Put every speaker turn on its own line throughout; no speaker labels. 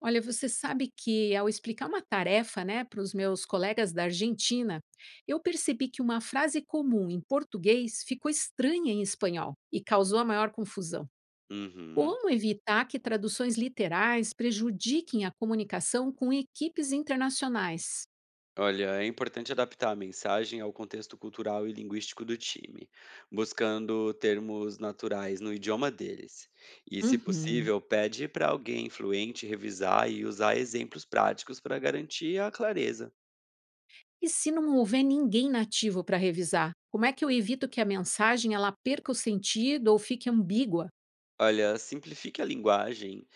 Olha, você sabe que ao explicar uma tarefa, né, para os meus colegas da Argentina, eu percebi que uma frase comum em português ficou estranha em espanhol e causou a maior confusão.
Uhum.
Como evitar que traduções literais prejudiquem a comunicação com equipes internacionais?
Olha, é importante adaptar a mensagem ao contexto cultural e linguístico do time, buscando termos naturais no idioma deles. E, se
Uhum.
possível, pede para alguém fluente revisar e usar exemplos práticos para garantir a clareza.
E se não houver ninguém nativo para revisar? Como é que eu evito que a mensagem ela perca o sentido ou fique ambígua?
Olha, simplifique a linguagem.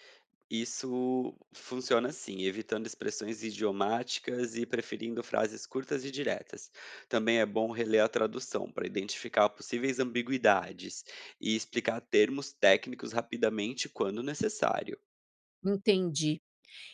Isso funciona assim, evitando expressões idiomáticas e preferindo frases curtas e diretas. Também é bom reler a tradução para identificar possíveis ambiguidades e explicar termos técnicos rapidamente quando necessário.
Entendi.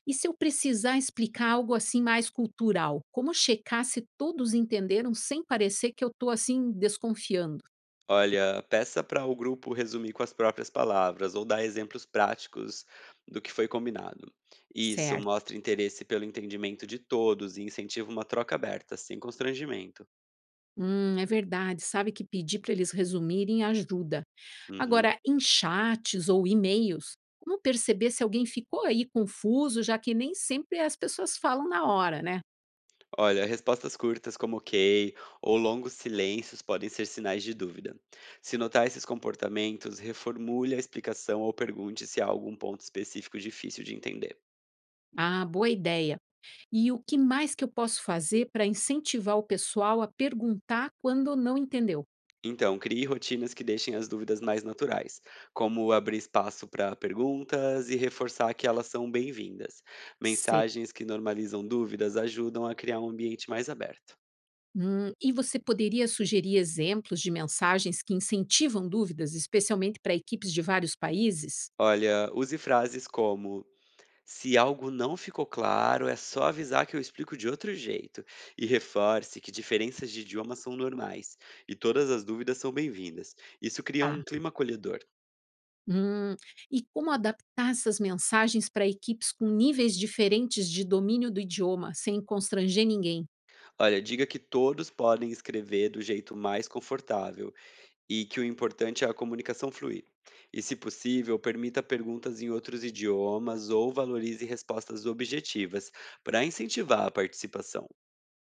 E se eu precisar explicar algo assim mais cultural, como checar se todos entenderam sem parecer que eu estou assim desconfiando?
Olha, peça para o grupo resumir com as próprias palavras ou dar exemplos práticos do que foi combinado. Isso
Certo.
mostra interesse pelo entendimento de todos e incentiva uma troca aberta, sem constrangimento.
É verdade, sabe que pedir para eles resumirem ajuda.
Uhum.
Agora, em chats ou e-mails, como perceber se alguém ficou aí confuso, já que nem sempre as pessoas falam na hora, né?
Olha, respostas curtas como ok ou longos silêncios podem ser sinais de dúvida. Se notar esses comportamentos, reformule a explicação ou pergunte se há algum ponto específico difícil de entender.
Ah, boa ideia. E o que mais que eu posso fazer para incentivar o pessoal a perguntar quando não entendeu?
Então, crie rotinas que deixem as dúvidas mais naturais, como abrir espaço para perguntas e reforçar que elas são bem-vindas.
Sei.
Mensagens que normalizam dúvidas ajudam a criar um ambiente mais aberto.
E você poderia sugerir exemplos de mensagens que incentivam dúvidas, especialmente para equipes de vários países?
Olha, use frases como: se algo não ficou claro, é só avisar que eu explico de outro jeito. E reforce que diferenças de idioma são normais e todas as dúvidas são bem-vindas. Isso cria um
Tá.
clima acolhedor.
Hum, e como adaptar essas mensagens para equipes com níveis diferentes de domínio do idioma, sem constranger ninguém?
Olha, diga que todos podem escrever do jeito mais confortável e que o importante é a comunicação fluir. E, se possível, permita perguntas em outros idiomas ou valorize respostas objetivas para incentivar a participação.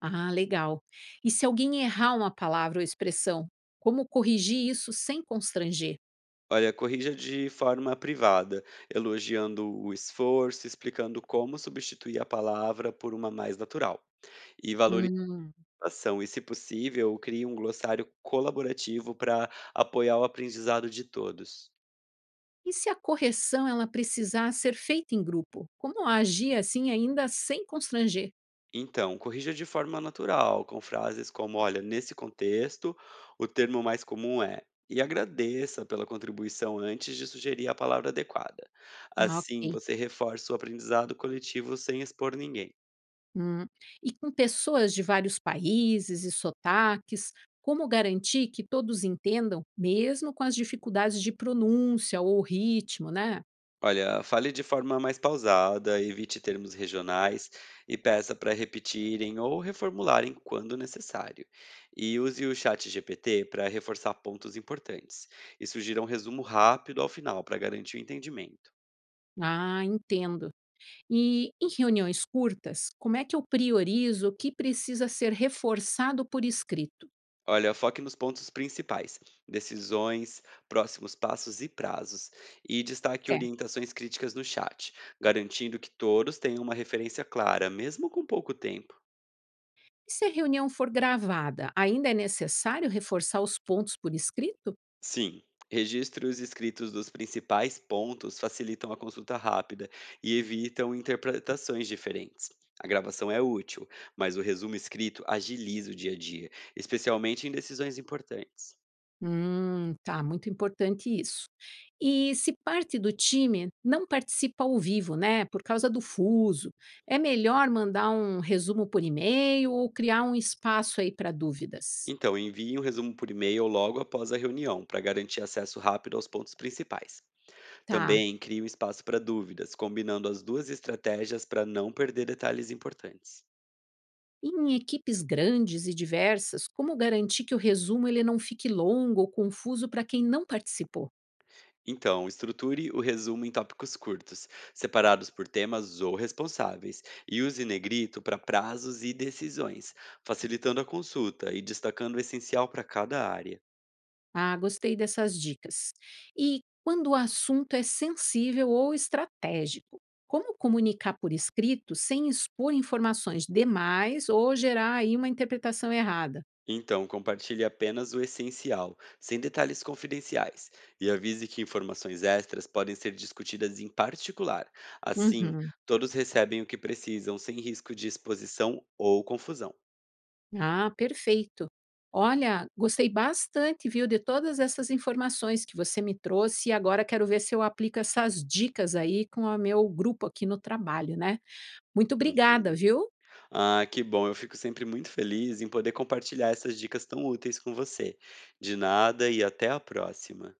Ah, legal. E se alguém errar uma palavra ou expressão, como corrigir isso sem constranger?
Olha, corrija de forma privada, elogiando o esforço, explicando como substituir a palavra por uma mais natural. E valorize
Hum.
a ação, e se possível, crie um glossário colaborativo para apoiar o aprendizado de todos.
E se a correção ela precisar ser feita em grupo? Como agir assim ainda sem constranger?
Então, corrija de forma natural, com frases como: olha, nesse contexto, o termo mais comum é. E agradeça pela contribuição antes de sugerir a palavra adequada.
Ah,
Assim,
ok.
você reforça o aprendizado coletivo sem expor ninguém.
Hum. E com pessoas de vários países e sotaques, como garantir que todos entendam, mesmo com as dificuldades de pronúncia ou ritmo, né?
Olha, fale de forma mais pausada, evite termos regionais e peça para repetirem ou reformularem quando necessário. E use o chat GPT para reforçar pontos importantes e sugira um resumo rápido ao final para garantir o entendimento.
Ah, entendo. E em reuniões curtas, como é que eu priorizo o que precisa ser reforçado por escrito?
Olha, foque nos pontos principais, decisões, próximos passos e prazos, e destaque
Certo.
orientações críticas no chat, garantindo que todos tenham uma referência clara, mesmo com pouco tempo.
E se a reunião for gravada, ainda é necessário reforçar os pontos por escrito?
Sim, registros escritos dos principais pontos facilitam a consulta rápida e evitam interpretações diferentes. A gravação é útil, mas o resumo escrito agiliza o dia a dia, especialmente em decisões importantes.
Tá, muito importante isso. E se parte do time não participa ao vivo, né, por causa do fuso, é melhor mandar um resumo por e-mail ou criar um espaço aí para dúvidas?
Então, envie um resumo por e-mail logo após a reunião, para garantir acesso rápido aos pontos principais.
Tá.
Também crie um espaço para dúvidas, combinando as duas estratégias para não perder detalhes importantes.
Em equipes grandes e diversas, como garantir que o resumo ele não fique longo ou confuso para quem não participou?
Então, estruture o resumo em tópicos curtos, separados por temas ou responsáveis, e use negrito para prazos e decisões, facilitando a consulta e destacando o essencial para cada área.
Ah, gostei dessas dicas. E quando o assunto é sensível ou estratégico, como comunicar por escrito sem expor informações demais ou gerar aí uma interpretação errada?
Então, compartilhe apenas o essencial, sem detalhes confidenciais, e avise que informações extras podem ser discutidas em particular. Assim,
Uhum.
todos recebem o que precisam, sem risco de exposição ou confusão.
Ah, perfeito. Olha, gostei bastante, viu, de todas essas informações que você me trouxe e agora quero ver se eu aplico essas dicas aí com o meu grupo aqui no trabalho, né? Muito obrigada,
Uhum.
viu?
Ah, que bom. Eu fico sempre muito feliz em poder compartilhar essas dicas tão úteis com você. De nada e até a próxima.